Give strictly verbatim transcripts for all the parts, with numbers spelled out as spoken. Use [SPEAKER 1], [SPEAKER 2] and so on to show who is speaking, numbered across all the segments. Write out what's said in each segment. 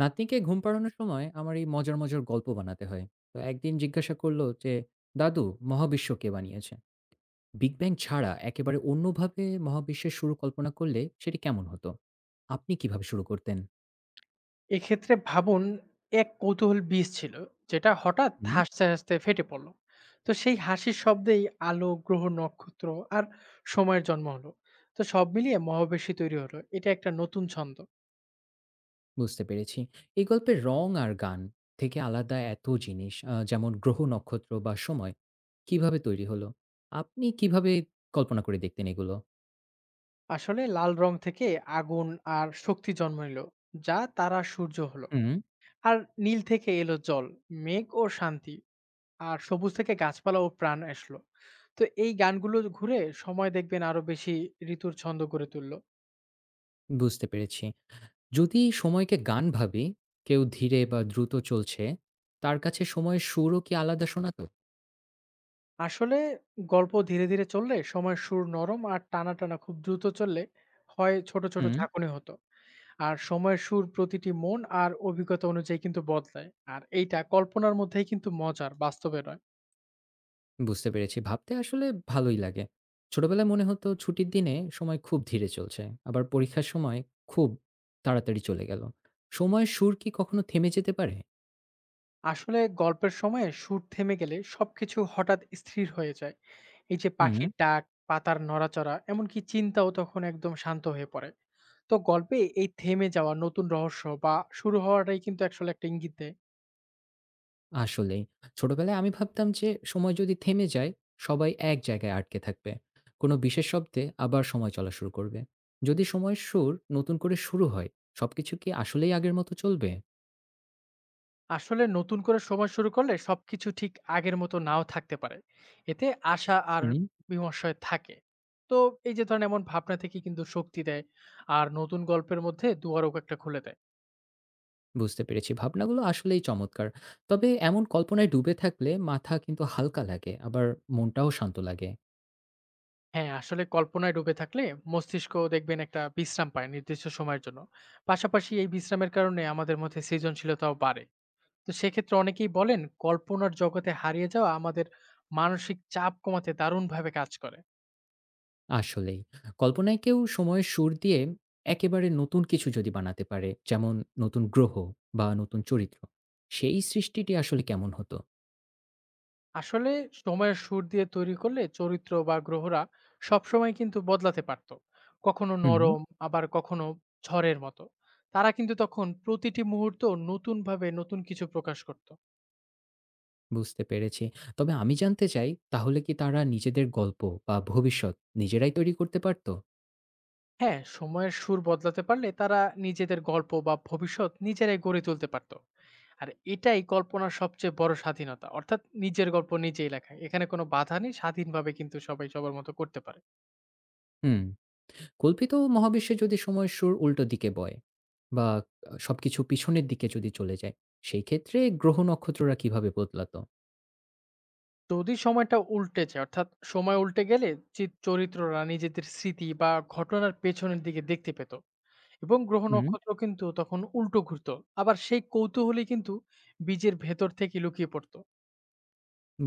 [SPEAKER 1] নাতনিকে ঘুম পাড়ানোর সময় আমার এই মজার মজার গল্প বানাতে হয়। তো একদিন জিজ্ঞাসা করলো যে, দাদু, মহাবিশ্ব কে বানিয়েছে? বিগ ব্যাং ছাড়া একেবারে অন্যভাবে মহাবিশ্বের শুরু কল্পনা করলে সেটি কেমন হতো? আপনি কিভাবে শুরু করতেন?
[SPEAKER 2] এক্ষেত্রে ভাবুন, এক কৌতূহল বীজ ছিল, যেটা হঠাৎ
[SPEAKER 1] হুম,
[SPEAKER 2] হাসতে হাসতে ফেটে পড়ল। তো সেই হাসির শব্দেই আলো, গ্রহ, নক্ষত্র আর সময়ের জন্ম হলো। তো সব মিলিয়ে মহাবেশি তৈরি হলো, এটা একটা নতুন ছন্দ।
[SPEAKER 1] বুঝতে পেরেছি। এই গল্পের রং আর গান থেকে আলাদা এত জিনিস আহ, যেমন গ্রহ নক্ষত্র বা সময় কিভাবে তৈরি হলো? আপনি কিভাবে কল্পনা করে দেখতেন এগুলো?
[SPEAKER 2] আসলে লাল রং থেকে আগুন আর শক্তি জন্ম নিল, যা তারা সূর্য হলো।
[SPEAKER 1] হুম,
[SPEAKER 2] আর নীল থেকে এলো জল, মেঘ ও শান্তি। আর সবুজ থেকে গাছপালা ও প্রাণ আসলো। তো এই গানগুলো ঘুরে সময় দেখবেন আরো বেশি ঋতুর ছন্দ গড়ে তুললো।
[SPEAKER 1] বুঝতে পেরেছি। যদি সময়কে গান ভাবি, কেউ ধীরে বা দ্রুত চলছে, তার কাছে সময়ের সুরও কি আলাদা শোনাতো?
[SPEAKER 2] আসলে গল্প ধীরে ধীরে চললে সময় সুর নরম আর টানা টানা, খুব দ্রুত চললে হয় ছোট ছোট
[SPEAKER 1] হুম,
[SPEAKER 2] ঝাঁকুনি হতো। আর সময়ের সুর প্রতিটি মন আর অভিজ্ঞতা অনুযায়ী কিন্তু বদলায়। আর এইটা কল্পনার মধ্যেই, কিন্তু মজার, বাস্তবে নয়।
[SPEAKER 1] বুঝতে পেরেছি। ভাবতে আসলে ভালোই লাগে। ছোটবেলায় মনে হতো ছুটির দিনে সময় খুব ধীরে চলছে। আবার পরীক্ষার সময় খুব তাড়াতাড়ি চলে গেল। সময়ের সুর কি কখনো থেমে যেতে পারে?
[SPEAKER 2] আসলে গল্পের সময়ে সুর থেমে গেলে সবকিছু হঠাৎ স্থির হয়ে যায়। এই যে
[SPEAKER 1] হুম।
[SPEAKER 2] পাখির ডাক, পাতার নড়াচড়া, এমনকি চিন্তাও তখন একদম শান্ত হয়ে পড়ে। তো গল্পে এই থেমে যাওয়া নতুন রহস্য বা শুরু হওয়াটাই কিন্তু আসলে একটা ইঙ্গিত দেয়।
[SPEAKER 1] আসলেই। ছোটবেলায় আমি ভাবতাম যে সময় যদি থেমে যায়, সবাই এক জায়গায় আটকে থাকবে। কোনো বিশেষ শব্দে আবার সময় চলা শুরু করবে। যদি সময়ের সুর নতুন করে শুরু হয়, সবকিছু কি আসলেই আগের মতো চলবে?
[SPEAKER 2] আসলে নতুন করে সময় শুরু করলে সবকিছু ঠিক আগের মতো নাও থাকতে পারে। এতে আশা আর
[SPEAKER 1] হুম,
[SPEAKER 2] বিমর্ষয় থাকে। তো এই যে ধরেন, এমন ভাবনা থেকে কিন্তু শক্তি দেয়, আর নতুন গল্পের মধ্যে দুয়ারও একটা খুলে দেয়।
[SPEAKER 1] বুঝতে পেরেছি। ভাবনাগুলো আসলেই চমৎকার। তবে এমন কল্পনায় ডুবে থাকলে মাথা কিন্তু হালকা লাগে, আবার মনটাও শান্ত লাগে।
[SPEAKER 2] হ্যাঁ, আসলে কল্পনায় ডুবে থাকলে মস্তিষ্ক দেখবেন একটা বিশ্রাম পায় নির্দিষ্ট সময়ের জন্য। পাশাপাশি এই বিশ্রামের কারণে আমাদের মধ্যে সৃজনশীলতাও বাড়ে। তো সেক্ষেত্রে অনেকেই বলেন কল্পনার জগতে হারিয়ে যাওয়া আমাদের মানসিক চাপ কমাতে দারুণভাবে কাজ করে।
[SPEAKER 1] আসলেই। কল্পনায় কেউ সময়ের সুর দিয়ে একেবারে নতুন কিছু যদি বানাতে পারে, যেমন নতুন গ্রহ বা নতুন চরিত্র, সেই সৃষ্টিটি আসলে কেমন হতো?
[SPEAKER 2] আসলে সময়ের সুর দিয়ে তৈরি করলে চরিত্র বা গ্রহরা সবসময় কিন্তু বদলাতে পারতো, কখনো
[SPEAKER 1] হুম,
[SPEAKER 2] নরম, আবার কখনো ঝড়ের মতো। তারা কিন্তু তখন প্রতিটি মুহূর্ত নতুনভাবে নতুন কিছু প্রকাশ করত।
[SPEAKER 1] বুঝতে পেরেছি। তবে আমি জানতে চাই তাহলে কি তারা নিজেদের গল্প বা ভবিষ্যৎ নিজেরাই তৈরি করতে পারত?
[SPEAKER 2] হ্যাঁ, সময়ের সুর বদলাতে পারলে তারা নিজেদের গল্প বা ভবিষ্যৎ নিজেরাই গড়ে তুলতে পারত। আর এটাই কল্পনার সবচেয়ে বড় স্বাধীনতা, অর্থাৎ নিজের গল্প নিজেই লেখা। এখানে কোনো বাধা নেই, স্বাধীনভাবে কিন্তু সবাই সবার মতো করতে পারে।
[SPEAKER 1] হুম, কল্পিত মহাবিশ্বে যদি সময়ের সুর উল্টো দিকে বয় বা আ সবকিছু পিছনের দিকে যদি চলে যায়, সেই ক্ষেত্রে গ্রহ নক্ষত্ররা কিভাবে বদলাত?
[SPEAKER 2] যদি সময়টা উল্টেছে, অর্থাৎ সময় উল্টে গেলে চিত- চরিত্ররা নিজেদের স্মৃতি বা ঘটনার পেছনের দিকে দেখতে পেত, এবং গ্রহ
[SPEAKER 1] হুম,
[SPEAKER 2] নক্ষত্র কিন্তু তখন উল্টো ঘুরতো। আবার সেই কৌতূহলই কিন্তু বীজের ভেতর থেকে লুকিয়ে পড়তো।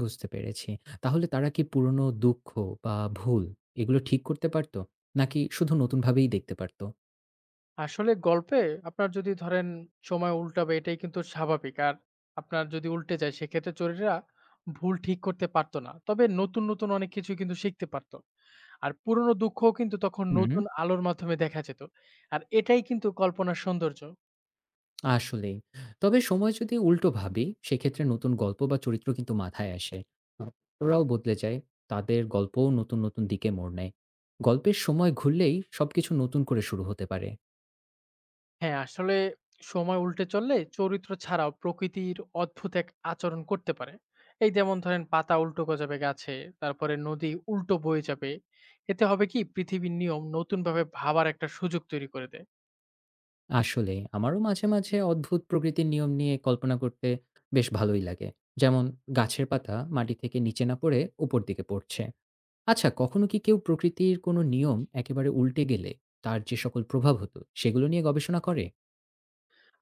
[SPEAKER 1] বুঝতে পেরেছি। তাহলে তারা কি পুরনো দুঃখ বা ভুল এগুলো ঠিক করতে পারত? নাকি শুধু নতুনভাবেই দেখতে পারত?
[SPEAKER 2] আসলে গল্পে আপনার যদি ধরেন সময় উল্টাবে, এটাই কিন্তু স্বাভাবিক। আর আপনার যদি উল্টে যায়, সেক্ষেত্রে চোরেরা ভুল ঠিক করতে পারত না। তবে নতুন, নতুন অনেক কিছু কিন্তু শিখতে পারত। আর পুরনো দুঃখও কিন্তু তখন
[SPEAKER 1] হুম।
[SPEAKER 2] নতুন আলোর মাধ্যমে দেখা যেত। আর এটাই কিন্তু কল্পনার সৌন্দর্য।
[SPEAKER 1] আসলেই। তবে সময় যদি উল্টো ভাবি, সেক্ষেত্রে নতুন গল্প বা চরিত্র কিন্তু মাথায় আসে। ওরাও বদলে যায়। তাদের গল্পও নতুন, নতুন দিকে মোড় নেয়। গল্পের সময় ঘুরলেই সবকিছু নতুন করে শুরু হতে পারে।
[SPEAKER 2] হ্যাঁ, আসলে সময় উল্টে চললে চরিত্র ছাড়াও প্রকৃতির অদ্ভুত এক আচরণ করতে পারে। এই যেমন ধরেন, পাতা উল্টো গজাবে গাছে, তারপরে নদী উল্টো বয়ে যাবে। এতে হবে কি, পৃথিবীর নিয়ম নতুনভাবে ভাবার একটা সুযোগ তৈরি করে দেয়।
[SPEAKER 1] আসলে আমারও মাঝে, মাঝে অদ্ভুত প্রকৃতির নিয়ম নিয়ে কল্পনা করতে বেশ ভালোই লাগে। যেমন গাছের পাতা মাটি থেকে নিচে না পড়ে উপর দিকে পড়ছে। আচ্ছা কখনো কি কেউ প্রকৃতির কোনো নিয়ম একেবারে উল্টে গেলে তার যে সকল প্রভাব হতো, সেগুলো নিয়ে গবেষণা করে?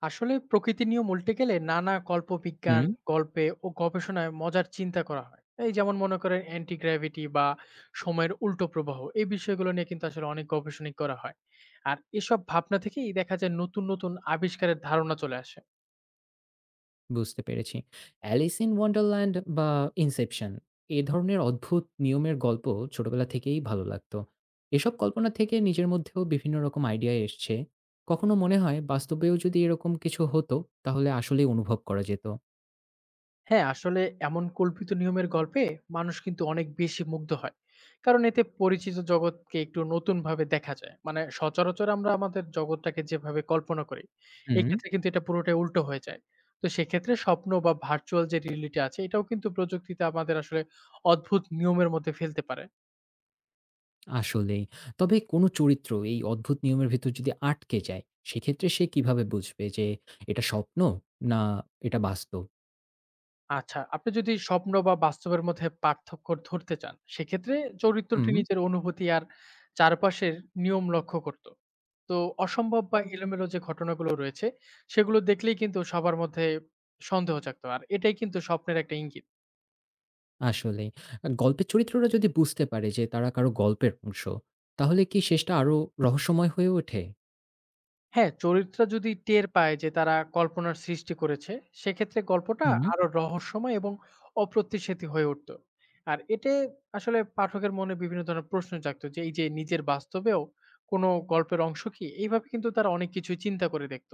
[SPEAKER 2] আসলে প্রকৃতির নিয়ম উল্টে গেলে নানা কল্পবিজ্ঞান,
[SPEAKER 1] হুম।
[SPEAKER 2] গল্পে ও গবেষণায় মজার চিন্তা করা হয়। এই যেমন মনে করেন অ্যান্টি গ্র্যাভিটি বা সময়ের উল্টো প্রবাহ, এই বিষয়গুলো নিয়ে কিন্তু আসলে অনেক গবেষণাই করা হয়। আর এসব ভাবনা থেকেই দেখা যায় নতুন, নতুন আবিষ্কারের ধারণা চলে আসে।
[SPEAKER 1] বুঝতে পেরেছি। অ্যালিস ইন ওয়ান্ডারল্যান্ড বা ইনসেপশন এ ধরনের অদ্ভুত নিয়মের গল্প ছোটবেলা থেকেই ভালো লাগতো। এসব কল্পনা থেকে নিজের মধ্যেও বিভিন্ন রকম আইডিয়া এসছে। কখনো মনে হয় বাস্তবেও যদি এরকম কিছু হতো তাহলে আসলেই অনুভব করা যেত।
[SPEAKER 2] হ্যাঁ, আসলে এমন কল্পিত নিয়মের গল্পে মানুষ কিন্তু অনেক বেশি মুগ্ধ হয়, কারণ এতে পরিচিত জগৎকে একটু নতুন ভাবে দেখা যায়। মানে সচরাচর আমরা আমাদের জগৎটাকে যেভাবে কল্পনা করি,
[SPEAKER 1] হুম,
[SPEAKER 2] এক্ষেত্রে কিন্তু এটা পুরোটাই উল্টো হয়ে যায়। তো সেক্ষেত্রে স্বপ্ন বা ভার্চুয়াল যে রিয়েলিটি আছে, এটাও কিন্তু প্রযুক্তিতে আমাদের আসলে অদ্ভুত নিয়মের মধ্যে ফেলতে পারে।
[SPEAKER 1] আসলেই। তবে কোনো চরিত্র এই অদ্ভুত নিয়মের ভিতর যদি আটকে যায়, সেক্ষেত্রে সে কিভাবে বুঝবে যে এটা স্বপ্ন না এটা বাস্তব?
[SPEAKER 2] আচ্ছা, আপনি যদি স্বপ্ন বা বাস্তবের মধ্যে পার্থক্য ধরতে চান, সেক্ষেত্রে চরিত্রটি
[SPEAKER 1] হুম।
[SPEAKER 2] নিজের অনুভূতি আর চারপাশের নিয়ম লক্ষ্য করত। তো অসম্ভব বা এলোমেলো যে ঘটনাগুলো রয়েছে, সেগুলো দেখলেই কিন্তু সবার মধ্যে সন্দেহ জাগত। আর এটাই কিন্তু স্বপ্নের একটা ইঙ্গিত।
[SPEAKER 1] আসলেই। আ গল্পের চরিত্ররা যদি বুঝতে পারে যে তারা কারো গল্পের অংশ, তাহলে কি শেষটা আরো রহস্যময় হয়ে ওঠে?
[SPEAKER 2] হ্যাঁ, চরিত্র যদি টের পায় যে তারা কল্পনার সৃষ্টি করেছে, সেক্ষেত্রে গল্পটা
[SPEAKER 1] হুম।
[SPEAKER 2] আরো রহস্যময় এবং অপ্রত্যাশিত হয়ে উঠত। আর এতে আসলে পাঠকের মনে বিভিন্ন ধরনের প্রশ্ন জাগত যে এই যে নিজের বাস্তবেও কোনো গল্পের অংশ কি? এইভাবে কিন্তু তারা অনেক কিছুই চিন্তা করে দেখত।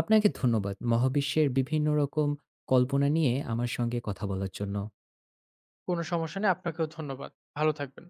[SPEAKER 1] আপনাকে ধন্যবাদ। মহাবিশ্বের বিভিন্ন রকম কল্পনা নিয়ে আমার সঙ্গে কথা বলার জন্য।
[SPEAKER 2] কোনো সমস্যা নেই, আপনাকেও ধন্যবাদ। ভালো থাকবেন।